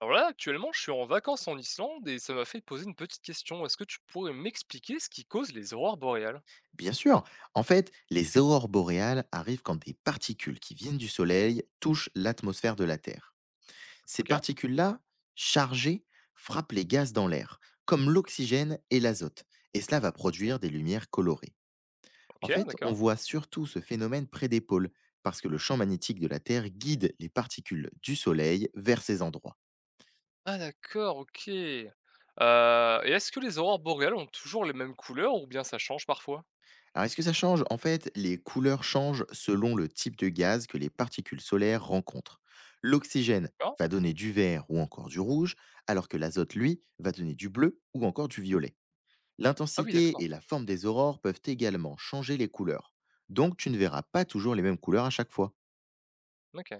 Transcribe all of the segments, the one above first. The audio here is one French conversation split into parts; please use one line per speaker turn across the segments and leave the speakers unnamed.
Alors là, actuellement, je suis en vacances en Islande et ça m'a fait poser une petite question. Est-ce que tu pourrais m'expliquer ce qui cause les aurores boréales?
Bien sûr. En fait, les aurores boréales arrivent quand des particules qui viennent du Soleil touchent l'atmosphère de la Terre. Ces
Ok,
particules-là, chargées, frappent les gaz dans l'air, comme l'oxygène et l'azote, et cela va produire des lumières colorées. En
ok,
fait, on
d'accord.
voit surtout ce phénomène près des pôles, parce que le champ magnétique de la Terre guide les particules du Soleil vers ces endroits.
Ah d'accord, ok. Et est-ce que les aurores boréales ont toujours les mêmes couleurs ou bien ça change parfois?
Alors est-ce que ça change En fait, les couleurs changent selon le type de gaz que les particules solaires rencontrent. L'oxygène
D'accord.
va donner du vert ou encore du rouge, alors que l'azote, lui, va donner du bleu ou encore du violet.
Ah oui,
L'intensité
d'accord.
et la forme des aurores peuvent également changer les couleurs. Donc tu ne verras pas toujours les mêmes couleurs à chaque fois.
Ok.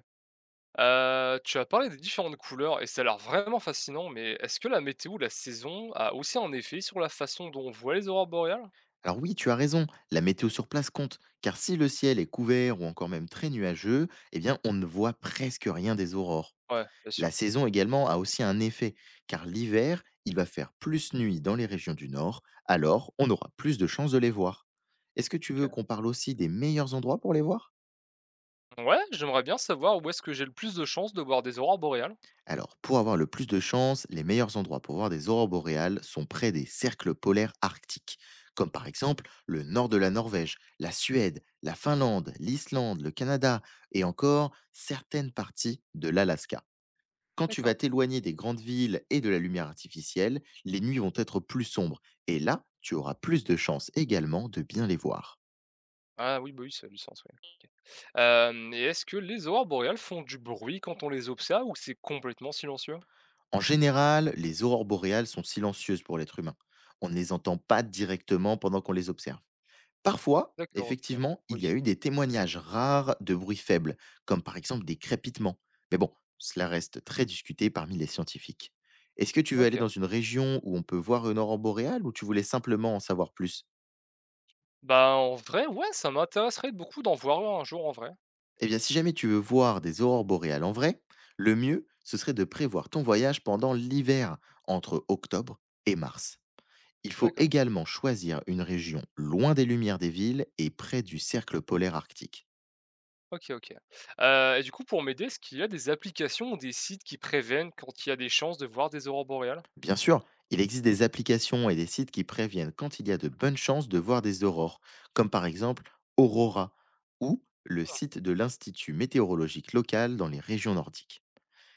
Tu as parlé des différentes couleurs et ça a l'air vraiment fascinant, mais est-ce que la météo, la saison, a aussi un effet sur la façon dont on voit les aurores boréales?
Alors oui, tu as raison, la météo sur place compte, car si le ciel est couvert ou encore même très nuageux, eh bien on ne voit presque rien des aurores.
Ouais, bien sûr.
La saison également a aussi un effet, car l'hiver, il va faire plus nuit dans les régions du nord, alors on aura plus de chances de les voir. Est-ce que tu veux
Ok.
qu'on parle aussi des meilleurs endroits pour les voir?
Ouais, j'aimerais bien savoir où est-ce que j'ai le plus de chances de voir des aurores boréales.
Alors, pour avoir le plus de chances, les meilleurs endroits pour voir des aurores boréales sont près des cercles polaires arctiques, comme par exemple le nord de la Norvège, la Suède, la Finlande, l'Islande, le Canada et encore certaines parties de l'Alaska. Quand tu vas
D'accord.
t'éloigner des grandes villes et de la lumière artificielle, les nuits vont être plus sombres et là, tu auras plus de chances également de bien les voir.
Ah oui, bah oui, ça a du sens, oui, OK. Hem Et est-ce que les aurores boréales font du bruit quand on les observe ou c'est complètement silencieux?
En général, les aurores boréales sont silencieuses pour l'être humain. On ne les entend pas directement pendant qu'on les observe. Parfois,
D'accord, OK.
effectivement, il y
Oui,
a eu des témoignages rares de bruits faibles, comme par exemple des crépitements. Mais bon, cela reste très discuté parmi les scientifiques. Est-ce que tu veux aller
OK.
dans une région où on peut voir une aurore boréale ou tu voulais simplement en savoir plus?
Bah, en vrai, ouais, ça m'intéresserait beaucoup d'en voir un jour en vrai.
Eh bien, si jamais tu veux voir des aurores boréales en vrai, le mieux, ce serait de prévoir ton voyage pendant l'hiver, entre octobre et mars. Il faut
D'accord.
également choisir une région loin des lumières des villes et près du cercle polaire arctique.
OK, OK. Et du coup, pour m'aider, est-ce qu'il y a des applications ou des sites qui préviennent quand il y a des chances de voir des aurores boréales?
Bien sûr, il existe des applications et des sites qui préviennent quand il y a de bonnes chances de voir des aurores, comme par exemple Aurora ou le site de l'Institut météorologique local dans les régions nordiques.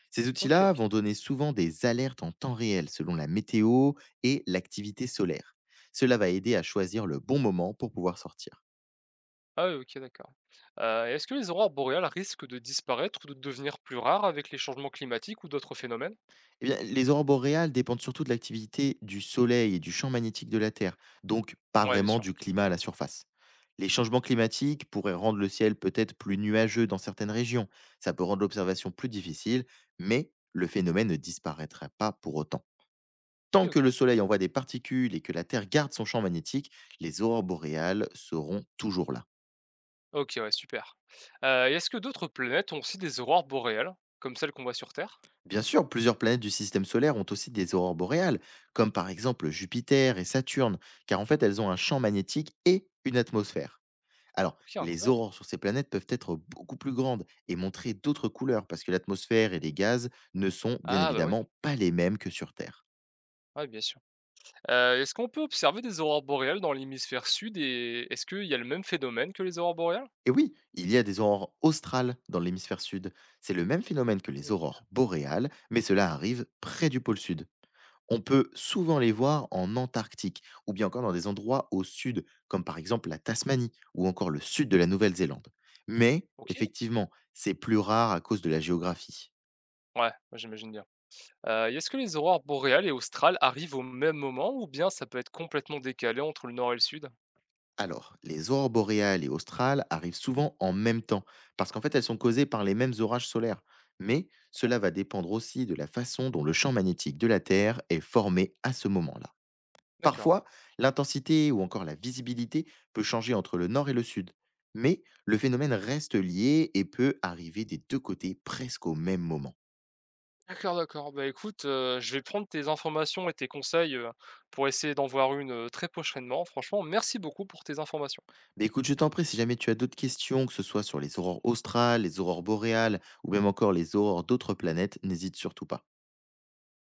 Ces
OK,
outils-là
OK.
vont donner souvent des alertes en temps réel selon la météo et l'activité solaire. Cela va aider à choisir le bon moment pour pouvoir sortir.
Ah oui, OK, d'accord. Et est-ce que les aurores boréales risquent de disparaître ou de devenir plus rares avec les changements climatiques ou d'autres phénomènes?
Eh bien, les aurores boréales dépendent surtout de l'activité du soleil et du champ magnétique de la Terre, donc pas
Ouais, bien
vraiment
sûr.
du climat à la surface. Les changements climatiques pourraient rendre le ciel peut-être plus nuageux dans certaines régions, ça peut rendre l'observation plus difficile, mais le phénomène ne disparaîtra pas pour autant. Tant
OK,
que
OK.
le Soleil envoie des particules et que la Terre garde son champ magnétique, les aurores boréales seront toujours là.
OK, ouais, super. Et est-ce que d'autres planètes ont aussi des aurores boréales, comme celles qu'on voit sur Terre?
Bien sûr, plusieurs planètes du système solaire ont aussi des aurores boréales, comme par exemple Jupiter et Saturne, car en fait elles ont un champ magnétique et une atmosphère. Alors,
OK,
les
incroyable.
aurores sur ces planètes peuvent être beaucoup plus grandes et montrer d'autres couleurs, parce que l'atmosphère et les gaz ne sont bien
Ah bah, ouais,
évidemment pas les mêmes que sur Terre.
ouais, bien sûr. Est-ce qu'on peut observer des aurores boréales dans l'hémisphère sud et est-ce qu'il y a le même phénomène que les aurores boréales?
Et oui, il y a des aurores australes dans l'hémisphère sud. C'est le même phénomène que les
OK.
aurores boréales, mais cela arrive près du pôle sud. On peut souvent les voir en Antarctique, ou bien encore dans des endroits au sud, comme par exemple la Tasmanie, ou encore le sud de la Nouvelle-Zélande. Mais,
OK,
effectivement, c'est plus rare à cause de la géographie.
ouais, ouais, j'imagine bien. Et est-ce que les aurores boréales et australes arrivent au même moment ou bien ça peut être complètement décalé entre le nord et le sud?
Alors, les aurores boréales et australes arrivent souvent en même temps, parce qu'en fait elles sont causées par les mêmes orages solaires. Mais cela va dépendre aussi de la façon dont le champ magnétique de la Terre est formé à ce moment-là.
D'accord.
Parfois, l'intensité ou encore la visibilité peut changer entre le nord et le sud, mais le phénomène reste lié et peut arriver des deux côtés presque au même moment.
D'accord, d'accord. Bah, écoute, je vais prendre tes informations et tes conseils, pour essayer d'en voir une, très prochainement. Franchement, merci beaucoup pour tes informations.
Mais écoute, je t'en prie, si jamais tu as d'autres questions, que ce soit sur les aurores australes, les aurores boréales ou même encore les aurores d'autres planètes, n'hésite surtout pas.